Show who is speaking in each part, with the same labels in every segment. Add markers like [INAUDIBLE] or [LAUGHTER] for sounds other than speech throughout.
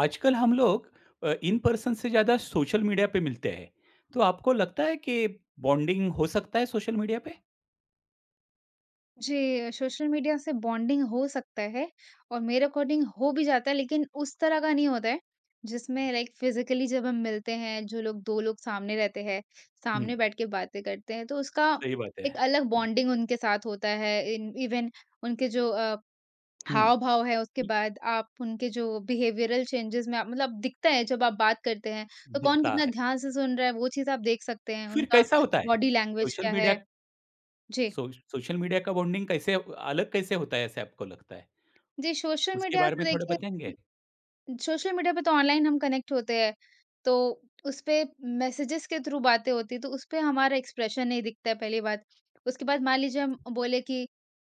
Speaker 1: आजकल हम लोग इन पर्सन से ज़्यादा सोशल मीडिया पे मिलते हैं। तो आपको लगता है कि बॉन्डिंग हो सकता है सोशल मीडिया पे?
Speaker 2: जी, सोशल मीडिया से बॉन्डिंग हो सकता है और मेरे अकॉर्डिंग हो भी जाता है लेकिन उस तरह का नहीं होता है, जिसमें लाइक फिज़िकली जब हम मिलते हैं, जो लोग 2 लोग सामने रहते हैं,
Speaker 1: हुँ,
Speaker 2: सामने बैठ के बातें करते हैं, तो उसका
Speaker 1: सही बात है।
Speaker 2: एक अलग
Speaker 1: हुँ,
Speaker 2: बॉन्डिंग उनके साथ होता है। इन इवन उनके जो
Speaker 1: हुँ,
Speaker 2: हाव-भाव है, उसके
Speaker 1: दि
Speaker 2: बाद आप उनके जो बिहेवियरल चेंजेज़ में आप मतलब दिखता है जब आप बात करते हैं, तो कौन
Speaker 1: दिखता
Speaker 2: कितना
Speaker 1: है।
Speaker 2: ध्यान से सुन रहा है, वो चीज़ आप देख सकते हैं,
Speaker 1: फिर
Speaker 2: उनका
Speaker 1: कैसा होता है?
Speaker 2: बॉडी लैंग्वेज
Speaker 1: सोशल
Speaker 2: क्या
Speaker 1: मीडिया
Speaker 2: है। जी।
Speaker 1: सोशल मीडिया का बॉन्डिंग कैसे अलग कैसे होता है ऐसे आपको लगता है?
Speaker 2: जी, सोशल
Speaker 1: उसके
Speaker 2: मीडिया
Speaker 1: बारे
Speaker 2: तो
Speaker 1: में थोड़ा
Speaker 2: देखिए,
Speaker 1: बताएँगे?
Speaker 2: सोशल मीडिया पे तो ऑनलाइन हम कनेक्ट होते हैं, तो उसपे मैसेजेस के थ्रू बातें होती हैं, तो उसपे हमारा एक्सप्रेशन नहीं दिखता है पहली बात। उसके बाद मान लीजिए हम बोले कि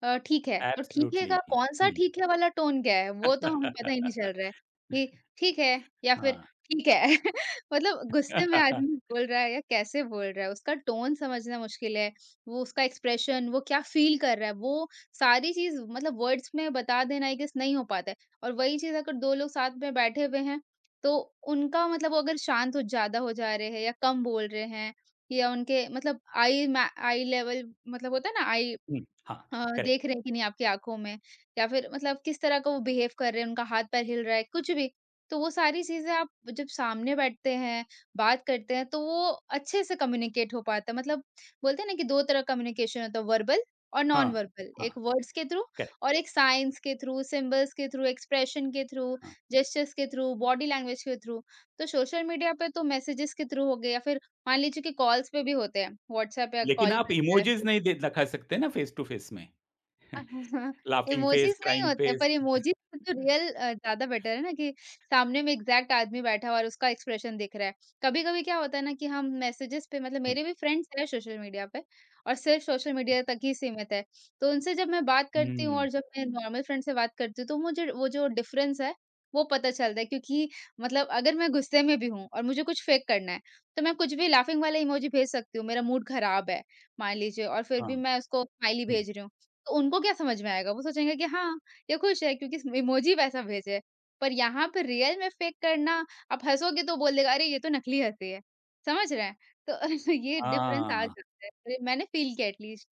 Speaker 2: ठीक है, तो ठीक है
Speaker 1: एब्सोल्युटली
Speaker 2: का कौन-सा ठीक है वाला टोन क्या है? वो तो हमें
Speaker 1: [LAUGHS] हुँ।
Speaker 2: पता ही नहीं चल रहा है कि ठीक है या फिर
Speaker 1: हाँ।
Speaker 2: ठीक है [LAUGHS] मतलब गुस्से में आदमी
Speaker 1: [LAUGHS]
Speaker 2: बोल रहा है या कैसे बोल रहा है, उसका टोन समझना मुश्किल है, वो उसका एक्सप्रेशन, वो क्या फ़ील कर रहा है, वो सारी चीज़ मतलब वर्ड्स में बता देना आई गेस नहीं हो पाता है और वही चीज़ अगर 2 लोग साथ में बैठे हुए हैं, तो उनका मतलब वो अगर शांत हो ज़्यादा हो जा रहे हैं या कम बोल रहे हैं या उनके मतलब आई लेवल मतलब होता है ना आई
Speaker 1: हुँ, हाँ, करेक्ट।
Speaker 2: देख रहे हैं कि नहीं आपकी आँखों में या फिर मतलब किस तरह का वो बिहेव कर रहे हैं, उनका हाथ-पैर हिल रहा है, कुछ भी। तो वो सारी चीज़ें आप जब सामने बैठते हैं, बात करते हैं, तो वो अच्छे से कम्युनिकेट हो पाता है। मतलब बोलते हैं ना कि 2 तरह कम्युनिकेशन होता है, वर्बल और नॉन
Speaker 1: हाँ,
Speaker 2: वर्बल।
Speaker 1: हाँ,
Speaker 2: एक वर्ड्स के थ्रू और
Speaker 1: करेक्ट,
Speaker 2: एक साइन्स के थ्रू, सिंबल्स के थ्रू, एक्सप्रेशन के थ्रू,
Speaker 1: हाँ।
Speaker 2: जेस्चर्स के थ्रू, बॉडी लैंग्वेज के थ्रू। तो सोशल मीडिया पे तो मैसेजेस के थ्रू हो गए या फिर मान लीजिए कि कॉल्स पे भी होते हैं, व्हाट्सऐप पे
Speaker 1: लेकिन
Speaker 2: कॉल
Speaker 1: आप
Speaker 2: करता है।
Speaker 1: इमोजीज़ नहीं दे दिखा सकते ना फेस टू फेस में। [LAUGHS]
Speaker 2: [LAUGHS]
Speaker 1: लाफिंग फेस,
Speaker 2: इमोजीस नहीं
Speaker 1: क्राइंग
Speaker 2: होते
Speaker 1: फेस।
Speaker 2: पर इमोजीस से तो रियल ज़्यादा बेटर है ना कि सामने में एग्ज़ैक्ट आदमी बैठा हुआ है और उसका एक्सप्रेशन दिख रहा है। कभी-कभी क्या होता है ना कि हम मैसेजेस पे मतलब
Speaker 1: हुँ,
Speaker 2: मेरे भी फ्रेंड्स हैं सोशल मीडिया पे और सिर्फ सोशल मीडिया तक ही सीमित है। तो उनसे जब मैं बात करती हूँ और जब
Speaker 1: [LAUGHS]
Speaker 2: मैं नॉर्मल फ्रेंड से बात करती हूँ तो मुझे वो जो डिफ़रेंस है वो पता चलता है क्योंकि मतलब अगर मैं गुस्से में भी हूँ और मुझे कुछ फेक करना है, तो मैं कुछ भी लाफिंग वाला इमोजी भेज सकती हूँ, मेरा मूड ख़राब है मान लीजिए और फिर भी
Speaker 1: हाँ,
Speaker 2: मैं उसको स्माइली
Speaker 1: हुँ,
Speaker 2: भेज रही हूँ। तो उनको क्या समझ में आएगा? वो सोचेंगे कि हाँ, ये खुश है क्योंकि इस इमोजी वैसा भेजे है। पर यहाँ पे रियल में फेक करना, आप हँसोगे तो बोल देगा, "अरे! ये तो नकली हँसी है।" समझ रहे हैं? तो [LAUGHS] ये डिफ़रेंस आ
Speaker 1: हाँ,
Speaker 2: जाता है। अरे, मैंने फ़ील किया एटलीस्ट।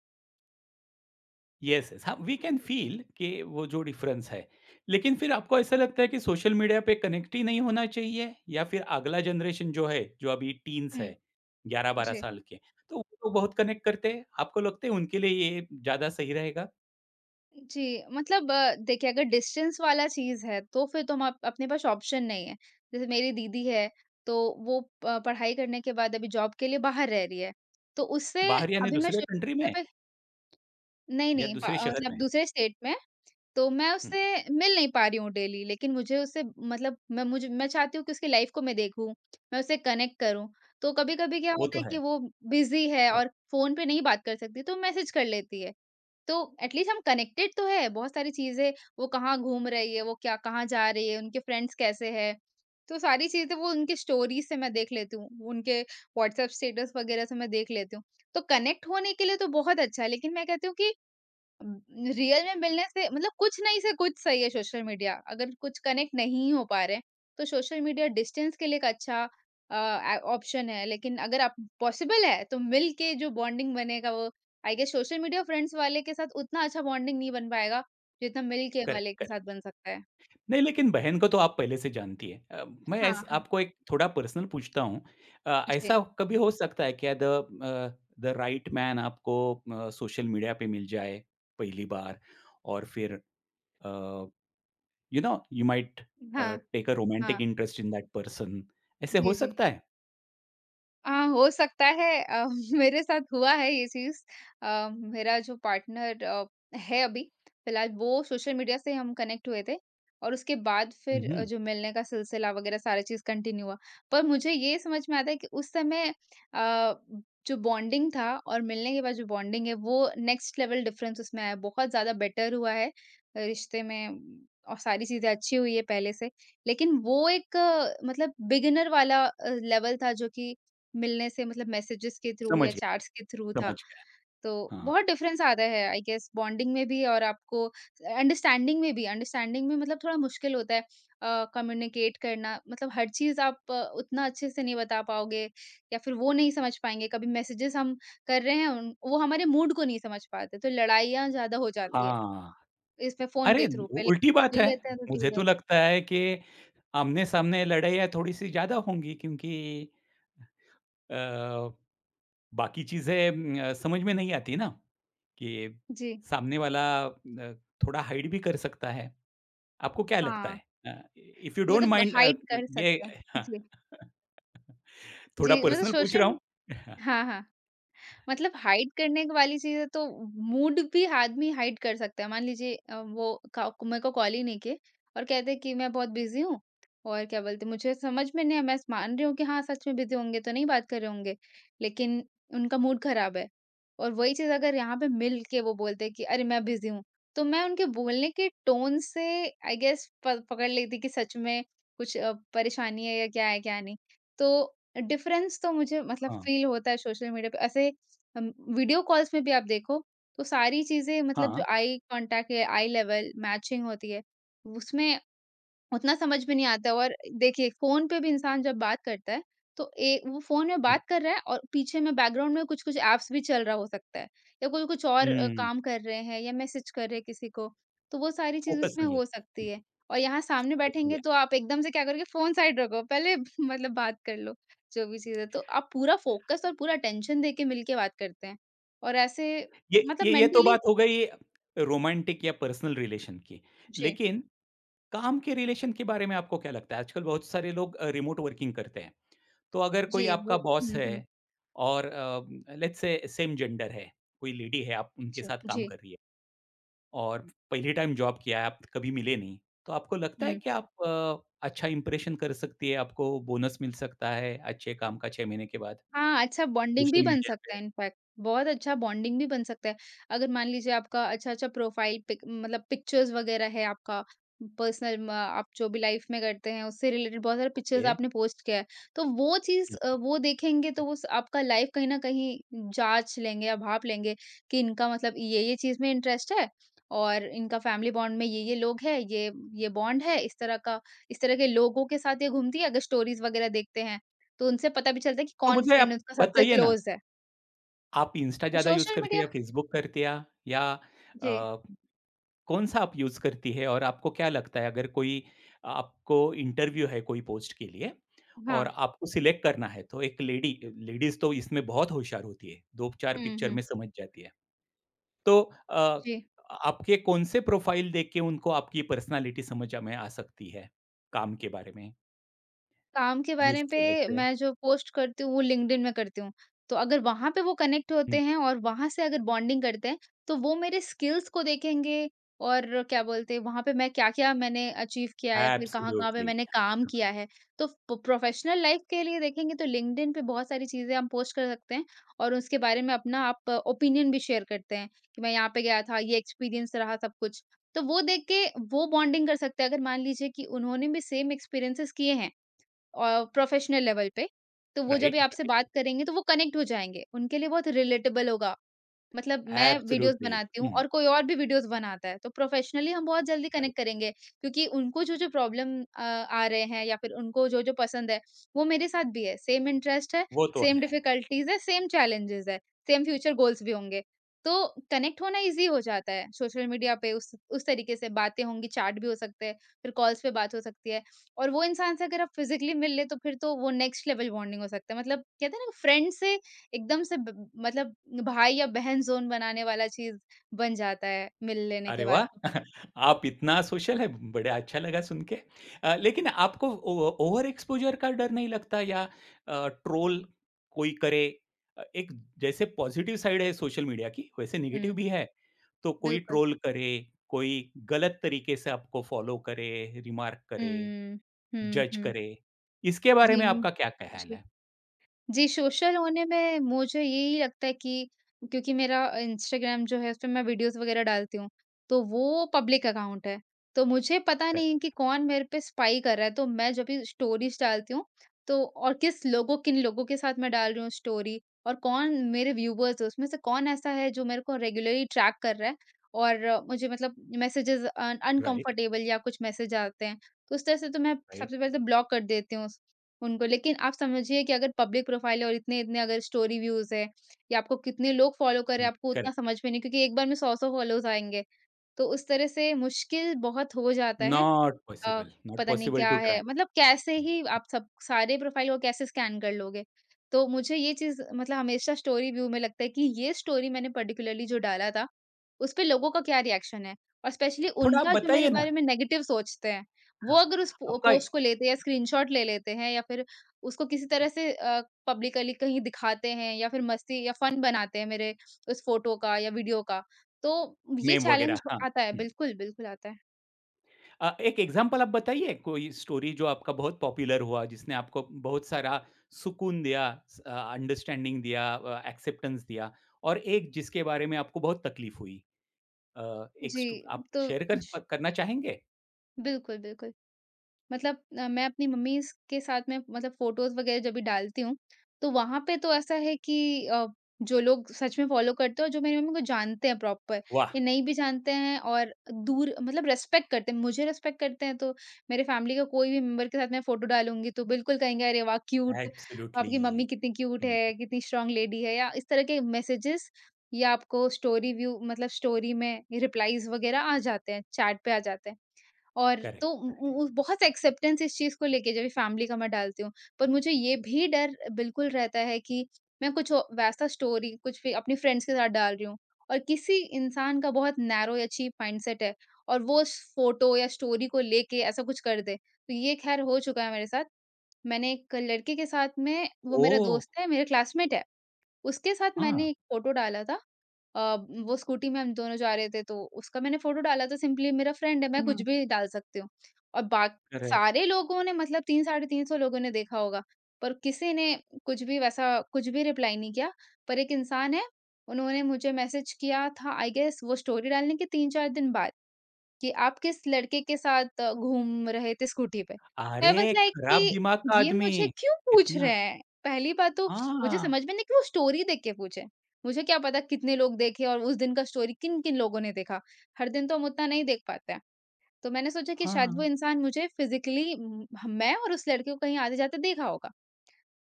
Speaker 1: यस, यस, हाँ, वी कैन फ़ील कि वो जो डिफ़रेंस है। लेकिन फिर आपको ऐसा लगता है कि सोशल मीडिया पे कनेक्ट ही नहीं होना चाहिए या फिर अगला जनरेशन जो है, जो अभी टीन्स
Speaker 2: हुँ,
Speaker 1: है, 11-12
Speaker 2: जी।
Speaker 1: साल के, तो वो तो बहुत कनेक्ट करते हैं। आपको लगता है उनके लिए ये ज़्यादा सही रहेगा?
Speaker 2: जी, मतलब देखिए अगर डिस्टेंस वाला चीज़ है, तो फिर तो हम अप अपने पास ऑप्शन नहीं है। जैसे मेरी दीदी है, तो वो प पढ़ाई करने के बाद अभी जॉब के लिए बाहर रह रही है। तो उससे
Speaker 1: बाहर यानी
Speaker 2: अभी मैं
Speaker 1: दूसरे
Speaker 2: सोशल
Speaker 1: कंट्री में
Speaker 2: मीडिया पे नहीं,
Speaker 1: या
Speaker 2: नहीं, प
Speaker 1: दूसरे शहर
Speaker 2: मतलब
Speaker 1: में?
Speaker 2: दूसरे स्टेट में तो मैं
Speaker 1: हुँ,
Speaker 2: उससे मिल नहीं पा रही हूँ डेली लेकिन मुझे उससे मतलब मैं चाहती हूँ कि उसकी लाइफ को मैं देखूँ, मैं उससे कनेक्ट करूँ। तो कभी-कभी क्या
Speaker 1: वो
Speaker 2: होता
Speaker 1: तो
Speaker 2: है
Speaker 1: है।
Speaker 2: कि वो बिज़ी है
Speaker 1: हुँ,
Speaker 2: और फ़ोन पे नहीं बात कर सकती तो मैसेज कर लेती है। तो एटलीस्ट हम कनेक्टेड तो है, बहुत सारी चीज़ें वो कहाँ घूम रही है, वो क्या कहाँ जा रही है, उनके फ्रेंड्स कैसे हैं। तो सारी चीज़ें वो उनकी स्टोरीज़ से मैं देख लेती हूँ, उनके व्हाट्सएप स्टेटस वगैरह से मैं देख लेती हूँ। तो कनेक्ट होने के लिए तो बहुत अच्छा है लेकिन मैं कहती हूँ कि उम, रियल में मिलने से मतलब कुछ नहीं से कुछ सही है सोशल मीडिया। अगर कुछ कनेक्ट नहीं हो पा रहे हैं, तो सोशल मीडिया डिस्टेंस के लिए एक अच्छा अ, आ ऑप्शन है। लेकिन अगर आप पॉसिबल है, तो मिल के जो बॉन्डिंग बनेगा वो I guess social media friends वाले के साथ उतना अच्छा बॉन्डिंग नहीं बन पाएगा, जितना मिल के
Speaker 1: करेक्ट,
Speaker 2: वाले के साथ
Speaker 1: करेक्ट।
Speaker 2: बन सकता है।
Speaker 1: नहीं, लेकिन बहन को तो आप पहले से जानती हैं। मैं
Speaker 2: हाँ,
Speaker 1: ऐस
Speaker 2: हाँ।
Speaker 1: आपको एक थोड़ा पर्सनल पूछता हूँ।
Speaker 2: जी।
Speaker 1: ऐसा कभी हो सकता है क्या द राइट मैन आपको सोशल मीडिया पे मिल जाए पहली बार और फिर अ, यू माइट
Speaker 2: हाँ,
Speaker 1: अ, टेक अ रोमांटिक
Speaker 2: हाँ।
Speaker 1: इंटरेस्ट इन दैट पर्सन ऐसे हो
Speaker 2: जी, जी।
Speaker 1: सकता है?
Speaker 2: हो सकता है [LAUGHS] मेरे साथ हुआ है ये चीज़। मेरा जो पार्टनर है अभी फिलहाल, वो सोशल मीडिया से हम कनेक्ट हुए थे और उसके बाद
Speaker 1: हुँ,
Speaker 2: फिर
Speaker 1: हुँ।
Speaker 2: जो मिलने का सिलसिला वगैरह सारा चीज़ कंटिन्यू हुआ। पर मुझे ये समझ में आता है कि उस समय अ, जो बॉन्डिंग था और मिलने के बाद जो बॉन्डिंग है वो नेक्स्ट लेवल डिफरेंस उसमें आया है। बहुत ज़्यादा बेटर हुआ है रिश्ते में और सारी चीज़ें अच्छी हुई है पहले से। लेकिन वो एक मतलब बिगिनर वाला लेवल था जो कि मिलने से मतलब मैसेजेस के थ्रू या
Speaker 1: समझ गया,
Speaker 2: चैट्स के थ्रू था।
Speaker 1: समझ गया।
Speaker 2: तो
Speaker 1: हाँ,
Speaker 2: बहुत डिफ़रेंस आता है आई गेस बॉन्डिंग में भी और आपको अंडरस्टैंडिंग में भी, अंडरस्टैंडिंग में मतलब थोड़ा मुश्किल होता है कम्युनिकेट करना मतलब हर चीज़ आप उतना अच्छे से नहीं बता पाओगे या फिर वो नहीं समझ पाएँगे। कभी मैसेजेस हम कर रहे हैं उन वो हमारे मूड को नहीं समझ पाते, तो लड़ाइयाँ ज़्यादा हो जाती है
Speaker 1: हाँ।
Speaker 2: इसमें फ़ोन
Speaker 1: अरे!
Speaker 2: के थ्रू
Speaker 1: उ
Speaker 2: पे।
Speaker 1: उल्टी बात
Speaker 2: लेकिन मिल
Speaker 1: है।
Speaker 2: लेते हैं तो
Speaker 1: मुझे
Speaker 2: ठीक है।
Speaker 1: तो लगता है कि आमने-सामने लड़ाइयाँ थोड़ी-सी ज़्यादा होंगी क्योंकि अ बाकी चीज़ें समझ में नहीं आती ना, कि
Speaker 2: जी,
Speaker 1: सामने वाला अ, थोड़ा हाइड भी कर सकता है। आपको क्या लगता
Speaker 2: हाँ,
Speaker 1: है? इफ यू डोंट
Speaker 2: मतलब
Speaker 1: माइंड
Speaker 2: हाइड कर
Speaker 1: ये
Speaker 2: सकते हैं।
Speaker 1: [LAUGHS] हाँ,
Speaker 2: जी,
Speaker 1: थोड़ा
Speaker 2: जी मतलब
Speaker 1: पर्सनल पूछ रहा
Speaker 2: सोशल।
Speaker 1: हूँ। [LAUGHS]
Speaker 2: हाँ, हाँ। मतलब हाइड करने वाली चीज़ है तो मूड भी आदमी हाइड कर सकता है। मान लीजिए वो का मेरे को कॉल ही नहीं किए और कहते हैं कि मैं बहुत बिज़ी हूँ और क्या बोलते हैं मुझे समझ में नहीं आया, मैं मान रही हूँ कि हाँ, सच में बिज़ी होंगे तो नहीं बात कर रहे होंगे। लेकिन उनका मूड ख़राब है और वही चीज़ अगर यहाँ पे मिल के वो बोलते हैं कि अरे मैं बिज़ी हूँ। तो मैं उनके बोलने के टोन से आई गेस प पकड़ लेती कि सच में कुछ परेशानी है या क्या है, क्या नहीं। तो डिफ़रेंस तो मुझे मतलब
Speaker 1: हाँ,
Speaker 2: फ़ील होता है सोशल मीडिया पे ऐसे। वीडियो कॉल्स में भी आप देखो, तो सारी चीज़ें मतलब
Speaker 1: हाँ।
Speaker 2: जो आई कॉन्टैक्ट है, आई लेवल मैचिंग होती है, उसमें उतना समझ में नहीं आता। और देखिए फ़ोन पे भी इंसान जब बात करता है, तो ए वो फ़ोन में
Speaker 1: हुँ,
Speaker 2: बात कर रहा है और पीछे में बैकग्राउंड में कुछ-कुछ ऐप्स भी चल रहा हो सकता है या कोई कुछ और
Speaker 1: हुँ,
Speaker 2: काम कर रहे हैं या मैसेज कर रहे हैं किसी को, तो वो सारी चीज़
Speaker 1: फ़ोकस
Speaker 2: उसमें
Speaker 1: नहीं है।
Speaker 2: हो सकती
Speaker 1: हुँ,
Speaker 2: है। और यहाँ सामने
Speaker 1: फ़ोकस नहीं
Speaker 2: बैठेंगे तो
Speaker 1: है।
Speaker 2: आप एकदम से क्या करोगे, फ़ोन साइड रखो, पहले [LAUGHS] मतलब बात कर लो, जो भी चीज़ है। तो आप पूरा फ़ोकस और पूरा अटेंशन देके मिलके बात करते हैं और ऐसे
Speaker 1: ये
Speaker 2: मतलब
Speaker 1: ये ये तो
Speaker 2: मेंटली।
Speaker 1: बात हो गई रोमांटिक या पर्सनल रिलेशन की।
Speaker 2: जी,
Speaker 1: लेकिन काम के रिलेशन के बारे में आपको क्या लगता है? आजकल बहुत सारे लोग रिमोट वर्किंग करते हैं। तो अगर कोई
Speaker 2: जी,
Speaker 1: आपका
Speaker 2: वो
Speaker 1: बॉस
Speaker 2: हुँ, हुँ।
Speaker 1: है और लेट्स से सेम जेंडर है, कोई लेडी है, आप उनके
Speaker 2: जी,
Speaker 1: साथ काम
Speaker 2: जी,
Speaker 1: कर रही है और पहली टाइम जॉब किया है, आप कभी मिले नहीं, तो आपको लगता है
Speaker 2: हुँ।
Speaker 1: कि आप अच्छा इम्प्रेशन कर सकती है, आपको बोनस मिल सकता है अच्छे काम का 6 महीने के बाद
Speaker 2: हाँ, अच्छा बॉन्डिंग भी
Speaker 1: सोशल
Speaker 2: बन
Speaker 1: मीडिया
Speaker 2: सकता
Speaker 1: पे?
Speaker 2: है इनफैक्ट, बहुत अच्छा बॉन्डिंग भी बन सकता है। अगर मान लीजिए आपका अच्छा-अच्छा प्रोफ़ाइल पिक मतलब पिक्चर्स वगैरह है आपका पर्सनल, म आप जो भी लाइफ़ में करते हैं, उससे रिलेटेड बहुत सारे पिक्चर्स
Speaker 1: ओके।
Speaker 2: आपने पोस्ट किया है। तो वो चीज़
Speaker 1: हुँ।
Speaker 2: वो देखेंगे तो वो स आपका लाइफ़ कहीं न कहीं जाँच लेंगे या भाँप लेंगे कि इनका मतलब ये-ये चीज़ में इंटरेस्ट है और इनका फ़ैमिली बॉन्ड में ये-ये लोग हैं, ये बॉन्ड है, इस तरह के लोगों के साथ ये घूमती है अगर स्टोरीज़ वगैरह देखते हैं। तो उनसे पता भी चलता है कि
Speaker 1: तो
Speaker 2: कौन
Speaker 1: मुझे
Speaker 2: फ्रेंड
Speaker 1: आप
Speaker 2: उसका सबसे
Speaker 1: बताइए ना,
Speaker 2: क्लोज़ है।
Speaker 1: आप इंस्टा ज़्यादा यूज़
Speaker 2: सोशल
Speaker 1: करती हैं
Speaker 2: मीडिया।
Speaker 1: या फ़ेसबुक करती हैं या
Speaker 2: जी,
Speaker 1: अ कौन-सा आप यूज़ करती है और आपको क्या लगता है अगर कोई आपको इंटरव्यू है कोई पोस्ट के लिए
Speaker 2: हाँ।
Speaker 1: और आपको सिलेक्ट करना है तो एक लेडी लेडीज़ तो इसमें बहुत होशियार होती है, 2-4
Speaker 2: हुँ,
Speaker 1: पिक्चर
Speaker 2: हुँ।
Speaker 1: में समझ जाती है। तो अ,
Speaker 2: जी।
Speaker 1: आपके कौन-से प्रोफाइल देख के उनको आपकी पर्सनैलिटी समझ में आ सकती है, काम के बारे में?
Speaker 2: काम के बारे
Speaker 1: यूज़फुल है
Speaker 2: पे
Speaker 1: इससे।
Speaker 2: मैं जो पोस्ट करती हूँ वो लिंक्डइन में करती हूँ। तो अगर वहाँ पे वो कनेक्ट
Speaker 1: हुँ,
Speaker 2: होते हैं और वहाँ से अगर बॉन्डिंग करते हैं, तो वो मेरे स्किल्स को देखेंगे और क्या बोलते हैं वहाँ पे मैं क्या-क्या मैंने अचीव किया है या फिर कहाँ-कहाँ पे
Speaker 1: एब्सोल्युटली
Speaker 2: मैंने काम किया है। तो प प्रोफेशनल लाइफ के लिए देखेंगे तो लिंक्डइन पे बहुत सारी चीज़ें हम पोस्ट कर सकते हैं और उसके बारे में अपना आप ओपिनियन भी शेयर करते हैं कि मैं यहाँ पे गया था, ये एक्सपीरियंस रहा सब कुछ। तो वो देख के वो बॉन्डिंग कर सकते हैं। अगर मान लीजिए कि उन्होंने भी सेम एक्सपीरियंसेस किए हैं प्रोफेशनल लेवल पे, तो वो जब ये
Speaker 1: राइट,
Speaker 2: आपसे
Speaker 1: राइट।
Speaker 2: बात करेंगे तो वो कनेक्ट हो जाएँगे, उनके लिए बहुत रिलेटेबल होगा। मतलब मैं वीडियोज़
Speaker 1: एब्सोल्युटली
Speaker 2: बनाती हूँ
Speaker 1: हुँ,
Speaker 2: और कोई और भी वीडियोज़ बनाता है, तो प्रोफ़ेशनली हम बहुत जल्दी
Speaker 1: राइट।
Speaker 2: कनेक्ट करेंगे क्योंकि उनको जो-जो प्रॉब्लम आ रहे हैं या फिर उनको जो-जो पसंद है, वो मेरे साथ भी है। सेम इंटरेस्ट है,
Speaker 1: वो तो
Speaker 2: सेम
Speaker 1: है।
Speaker 2: डिफ़िकल्टीज़ है, सेम चैलेंजेज़ है, सेम फ्यूचर गोल्स भी होंगे। तो कनेक्ट होना ईज़ी हो जाता है सोशल मीडिया पे उस तरीके से बातें होंगी, चैट भी हो सकते हैं, फिर कॉल्स पे बात हो सकती है और वो इंसान से अगर आप फ़िज़िकली मिल लें, तो फिर तो वो नेक्स्ट लेवल बॉन्डिंग हो सकता है। मतलब कहते हैं ना फ्रेंड से एकदम से ब मतलब भाई या बहन ज़ोन बनाने वाला चीज़ बन जाता है, मिल लेने
Speaker 1: अरे
Speaker 2: के बाद
Speaker 1: वाह!
Speaker 2: तो।
Speaker 1: [LAUGHS] आप इतना सोशल है, बड़े अच्छा लगा सुन के। लेकिन आपको ओ ओवर एक्सपोज़र का डर नहीं लगता या ट्रोल कोई करे? एक जैसे पॉज़िटिव साइड है सोशल मीडिया की, वैसे नेगेटिव
Speaker 2: हुँ,
Speaker 1: भी है। तो कोई
Speaker 2: बिल्कुल।
Speaker 1: ट्रोल करे, कोई गलत तरीके से आपको फ़ॉलो करे, रिमार्क करे,
Speaker 2: हुँ, हुँ,
Speaker 1: जज
Speaker 2: हुँ।
Speaker 1: करे, इसके बारे
Speaker 2: जी,
Speaker 1: में
Speaker 2: हुँ।
Speaker 1: आपका क्या ख़्याल
Speaker 2: जी।
Speaker 1: है?
Speaker 2: जी, सोशल होने में मुझे यही लगता है कि क्योंकि मेरा इंस्टाग्राम जो है उसपे मैं वीडियोज़ वग़ैरह डालती हूँ, तो वो पब्लिक अकाउंट है। तो मुझे पता
Speaker 1: क
Speaker 2: नहीं है कि कौन मेरे पे स्पाई कर रहा है, तो मैं जब भी स्टोरीज़ डालती हूँ, तो और किस लोगों किन लोगों के साथ मैं डाल रही हूँ स्टोरी और कौन मेरे व्यूवर्स हैं, उसमें से कौन ऐसा है जो मेरे को रेगुलरली ट्रैक कर रहा है और मुझे मतलब मैसेजेज़ अन
Speaker 1: राइट,
Speaker 2: अनकंफर्टेबल या कुछ मैसेज आते हैं, तो उस तरह से तो मैं
Speaker 1: राइट।
Speaker 2: सबसे पहले तो ब्लॉक कर देती हूँ उनको लेकिन आप समझिए कि अगर पब्लिक प्रोफ़ाइल है और इतने-इतने अगर स्टोरी व्यूज़ है या आपको कितने लोग फ़ॉलो कर रहे
Speaker 1: हुँ,
Speaker 2: हैं, आपको उतना
Speaker 1: करेक्ट।
Speaker 2: समझ में नहीं क्योंकि एक बार में 100-100 फ़ॉलोवर्स आएँगे। तो उस तरह से मुश्किल बहुत हो जाता है। अ,
Speaker 1: नॉट
Speaker 2: पता नहीं
Speaker 1: पॉसिबल
Speaker 2: क्या
Speaker 1: टू ट्राई।
Speaker 2: है मतलब कैसे
Speaker 1: हम्म,
Speaker 2: ही आप सब सारे प्रोफ़ाइल को कैसे स्कैन कर लोगे? तो मुझे ये चीज़ मतलब हमेशा स्टोरी व्यू में लगता है कि ये स्टोरी मैंने पर्टिकुलरली जो डाला था, उस पे लोगों का क्या रिएक्शन है? और स्पेशली
Speaker 1: थोड़ा आप
Speaker 2: उनका जो मेरे
Speaker 1: बताइए ना
Speaker 2: बारे में नेगेटिव सोचते हैं, वो
Speaker 1: हाँ,
Speaker 2: अगर उस पो
Speaker 1: आपका
Speaker 2: पोस्ट को लेते हैं या स्क्रीनशॉट ले लेते हैं या फिर उसको किसी तरह से पब्लिकली कहीं दिखाते हैं या फिर मस्ती या फन बनाते हैं मेरे उस फ़ोटो का या वीडियो का, तो ये
Speaker 1: मेम वगैरह,
Speaker 2: चैलेंज
Speaker 1: हाँ।
Speaker 2: आता है।
Speaker 1: हुँ।
Speaker 2: बिल्कुल, बिल्कुल आता है।
Speaker 1: एक एग्ज़ाम्पल आप बताइए कोई स्टोरी जो आपका बहुत पॉपुलर हुआ, जिसने आपको बहुत सारा सुकून दिया, अंडरस्टैंडिंग दिया एक्सेप्टेंस दिया और एक जिसके बारे में आपको बहुत तकलीफ़ हुई? अ, एक
Speaker 2: जी,
Speaker 1: स्टो आप
Speaker 2: तो
Speaker 1: शेयर कर
Speaker 2: ज
Speaker 1: प करना चाहेंगे?
Speaker 2: बिल्कुल, बिल्कुल। मतलब मैं अपनी मम्मी स के साथ में मतलब फ़ोटोज़ वगैरह जब भी डालती हूँ, तो वहाँ पे तो ऐसा है कि अ, जो लोग सच में फ़ॉलो करते हैं और जो मेरी मम्मी को जानते हैं प्रॉपर,
Speaker 1: वाह!
Speaker 2: ये नहीं भी जानते हैं और दूर मतलब रिस्पेक्ट करते हैं। मुझे रिस्पेक्ट करते हैं तो मेरे फ़ैमिली का कोई भी मेंबर के साथ मैं फ़ोटो डालूँगी तो बिल्कुल कहेंगे, "अरे वाह! Cute,
Speaker 1: absolutely.
Speaker 2: आपकी मम्मी कितनी क्यूट
Speaker 1: हुँ,
Speaker 2: है, कितनी स्ट्रॉन्ग लेडी है।" या इस तरह के मैसेजेज़ या आपको स्टोरी व्यू मतलब स्टोरी में रिप्लाईज़ वगैरह आ जाते हैं, चैट पे आ जाते हैं। और
Speaker 1: करेक्ट,
Speaker 2: तो
Speaker 1: करेक्ट।
Speaker 2: उ उ बहुत एक्सेप्टेंस इस चीज़ को लेके जब भी फैमिली का मैं डालती हूँ। पर मुझे ये भी डर बिल्कुल रहता है कि मैं कुछ औ वैसा स्टोरी कुछ भी अपने फ्रेंड्स के साथ डाल रही हूँ और किसी इंसान का बहुत नैरो या चीप माइंडसेट है और वो उस फ़ोटो या स्टोरी को लेके ऐसा कुछ कर दे। तो ये ख़ैर हो चुका है मेरे साथ। मैंने एक लड़के के साथ में वो मेरा
Speaker 1: ओह!
Speaker 2: दोस्त है, मेरा क्लासमेट है। उसके साथ
Speaker 1: हाँ।
Speaker 2: मैंने एक फ़ोटो डाला था, अ, वो स्कूटी में हम दोनों जा रहे थे तो उसका मैंने फ़ोटो डाला था सिंपली मेरा फ्रेंड है मैं कुछ
Speaker 1: हुँ।
Speaker 2: भी डाल सकती हूँ। और बाक
Speaker 1: करेक्ट।
Speaker 2: सारे लोगों ने मतलब 3 साढ़े 300 लोगों ने देखा होगा, पर किसी ने कुछ भी वैसा कुछ भी रिप्लाई नहीं किया। पर एक इंसान है, उन्होंने मुझे मैसेज किया था आई गेस वो स्टोरी डालने के 3-4 दिन बाद। कि आप किस लड़के के साथ घूम रहे थे स्कूटी पे। मैं बस
Speaker 1: अरे!
Speaker 2: लाइक कि
Speaker 1: खराब दिमाग का
Speaker 2: ये
Speaker 1: आदमी।
Speaker 2: मुझे क्यों पूछ रहे
Speaker 1: इतना
Speaker 2: हैं? पहली बात तो मुझे
Speaker 1: हाँ,
Speaker 2: समझ में नहीं कि वो स्टोरी देख के पूछे। मुझे क्या पता कितने लोग देखे और उस दिन का स्टोरी किन-किन लोगों ने देखा। हर दिन तो हम उतना नहीं देख पाते हैं। तो मैंने सोचा कि शायद वो
Speaker 1: हाँ।
Speaker 2: इंसान मुझे फिज़िकली उम, ह मैं और उस लड़के को कहीं आते-जाते देखा होगा।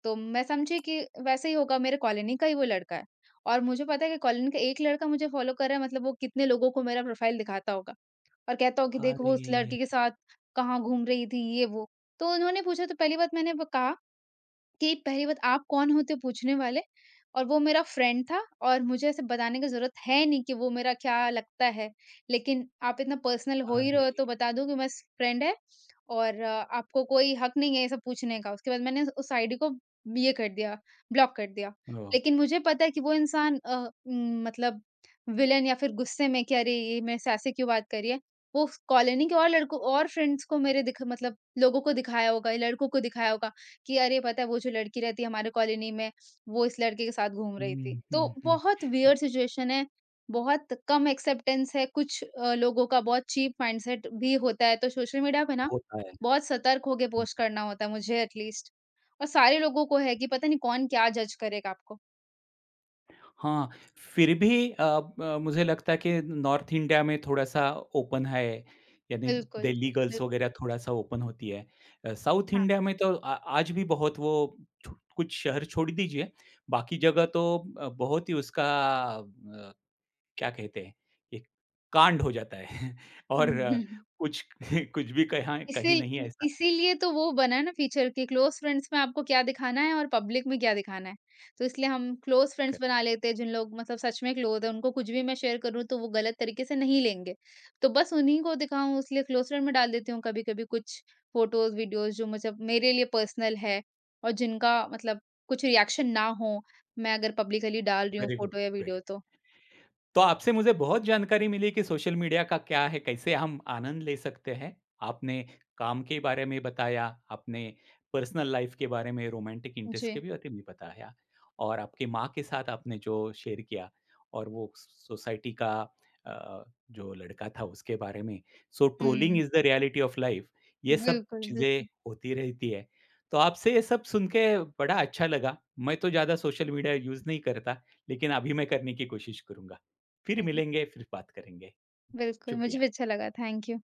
Speaker 2: तो मैं समझी कि वैसे ही होगा मेरे कॉलोनी का ही वो लड़का है। और मुझे पता है कि कॉलोनी का एक लड़का मुझे फ़ॉलो कर रहा है मतलब वो कितने लोगों को मेरा प्रोफ़ाइल दिखाता होगा। और कहता हो कि देखो वो उस
Speaker 1: अरे!
Speaker 2: लड़के के साथ कहाँ घूम रही थी ये वो। तो उन्होंने पूछा तो पहली बात मैंने ब कहा कि पहली बात आप कौन होते हो पूछने वाले और वो मेरा फ्रेंड था और मुझे ऐसे बताने की ज़रूरत है नहीं कि वो मेरा क्या लगता है। लेकिन आप इतना पर्सनल हो ही रहे
Speaker 1: अरे!
Speaker 2: हो तो बता दूँ कि बस फ्रेंड है और आपको कोई हक नहीं है ये सब पूछने का। उसके बाद मैंने उस आईडी को ये कर दिया, ब्लॉक कर दिया।
Speaker 1: हो।
Speaker 2: लेकिन मुझे पता है कि वो इंसान मतलब विलेन या फिर गुस्से में कि अरे ये मेरे से ऐसे क्यों बात कर रही है। वो कॉलोनी के और लड़कों और फ्रेंड्स को मेरे दिख मतलब लोगों को दिखाया होगा, लड़कों को दिखाया होगा कि अरे पता है वो जो लड़की रहती है हमारे कॉलोनी में, वो इस लड़के के साथ घूम रही
Speaker 1: हुँ,
Speaker 2: थी।
Speaker 1: हुँ,
Speaker 2: तो
Speaker 1: हुँ।
Speaker 2: बहुत वियर्ड सिचुएशन है, बहुत कम एक्सेप्टेंस है कुछ लोगों का, बहुत चीप माइंडसेट भी होता है। तो सोशल मीडिया पे ना
Speaker 1: होता है।
Speaker 2: बहुत सतर्क होके
Speaker 1: हुँ।
Speaker 2: पोस्ट करना होता है मुझे एटलीस्ट और सारे लोगों को है कि पता नहीं कौन क्या जज करेगा आपको।
Speaker 1: हाँ, फिर भी ब मुझे लगता है कि नॉर्थ इंडिया में थोड़ा-सा ओपन है, यानी
Speaker 2: बिल्कुल,
Speaker 1: दिल्ली गर्ल्स
Speaker 2: बिल्कुल,
Speaker 1: वगैरह थोड़ा-सा ओपन होती है। साउथ
Speaker 2: हाँ।
Speaker 1: इंडिया में तो आ आज भी बहुत वो छो कुछ शहर छोड़ दीजिए, बाकी जगह तो बहुत ही उसका अ, क्या कहते हैं, एक कांड हो जाता है [LAUGHS] और
Speaker 2: [LAUGHS]
Speaker 1: कुछ [LAUGHS] कुछ भी कहाँ कहीं नहीं ऐसा
Speaker 2: इसीलिए तो वो बना है ना फीचर कि क्लोज़ फ्रेंड्स में आपको क्या दिखाना है और पब्लिक में क्या दिखाना है। तो इसलिए हम क्लोज़ फ्रेंड्स
Speaker 1: कर
Speaker 2: बना लेते हैं जिन लोग मतलब सच में क्लोज़ हैं, उनको कुछ भी मैं शेयर करूँ तो वो गलत तरीके से नहीं लेंगे। तो बस उन्हीं को दिखाऊँ इसलिए क्लोज़ फ्रेंड में डाल देती हूँ कभी-कभी कुछ फ़ोटोज़, वीडियोज़ जो मुझे मेरे लिए पर्सनल है और जिनका मतलब कुछ रिएक्शन ना हो, मैं अगर पब्लिकली डाल रही हूँ
Speaker 1: वेरी गुड,
Speaker 2: फ़ोटो या वीडियो
Speaker 1: वेरी।
Speaker 2: तो।
Speaker 1: तो आपसे मुझे बहुत जानकारी मिली कि सोशल मीडिया का क्या है, कैसे हम आनंद ले सकते हैं। आपने काम के बारे में बताया, आपने पर्सनल लाइफ के बारे में, रोमांटिक इंटरेस्ट के
Speaker 2: जी।
Speaker 1: भी बारे में बताया और आपकी माँ के साथ आपने जो शेयर किया और वो सोसाइटी का अ, जो लड़का था उसके बारे में। सो ट्रोलिंग
Speaker 2: हुँ।
Speaker 1: Is the reality of life. ये सब
Speaker 2: बिल्कुल,
Speaker 1: चीज़ें
Speaker 2: बिल्कुल।
Speaker 1: होती रहती है। तो आपसे ये सब सुन के बड़ा अच्छा लगा। मैं तो ज़्यादा सोशल मीडिया यूज़ नहीं करता, लेकिन अभी मैं करने की कोशिश करूँगा। फिर मिलेंगे, फिर बात करेंगे।
Speaker 2: बिल्कुल, मुझे
Speaker 1: शुक्रिया।
Speaker 2: भी अच्छा लगा। Thank you.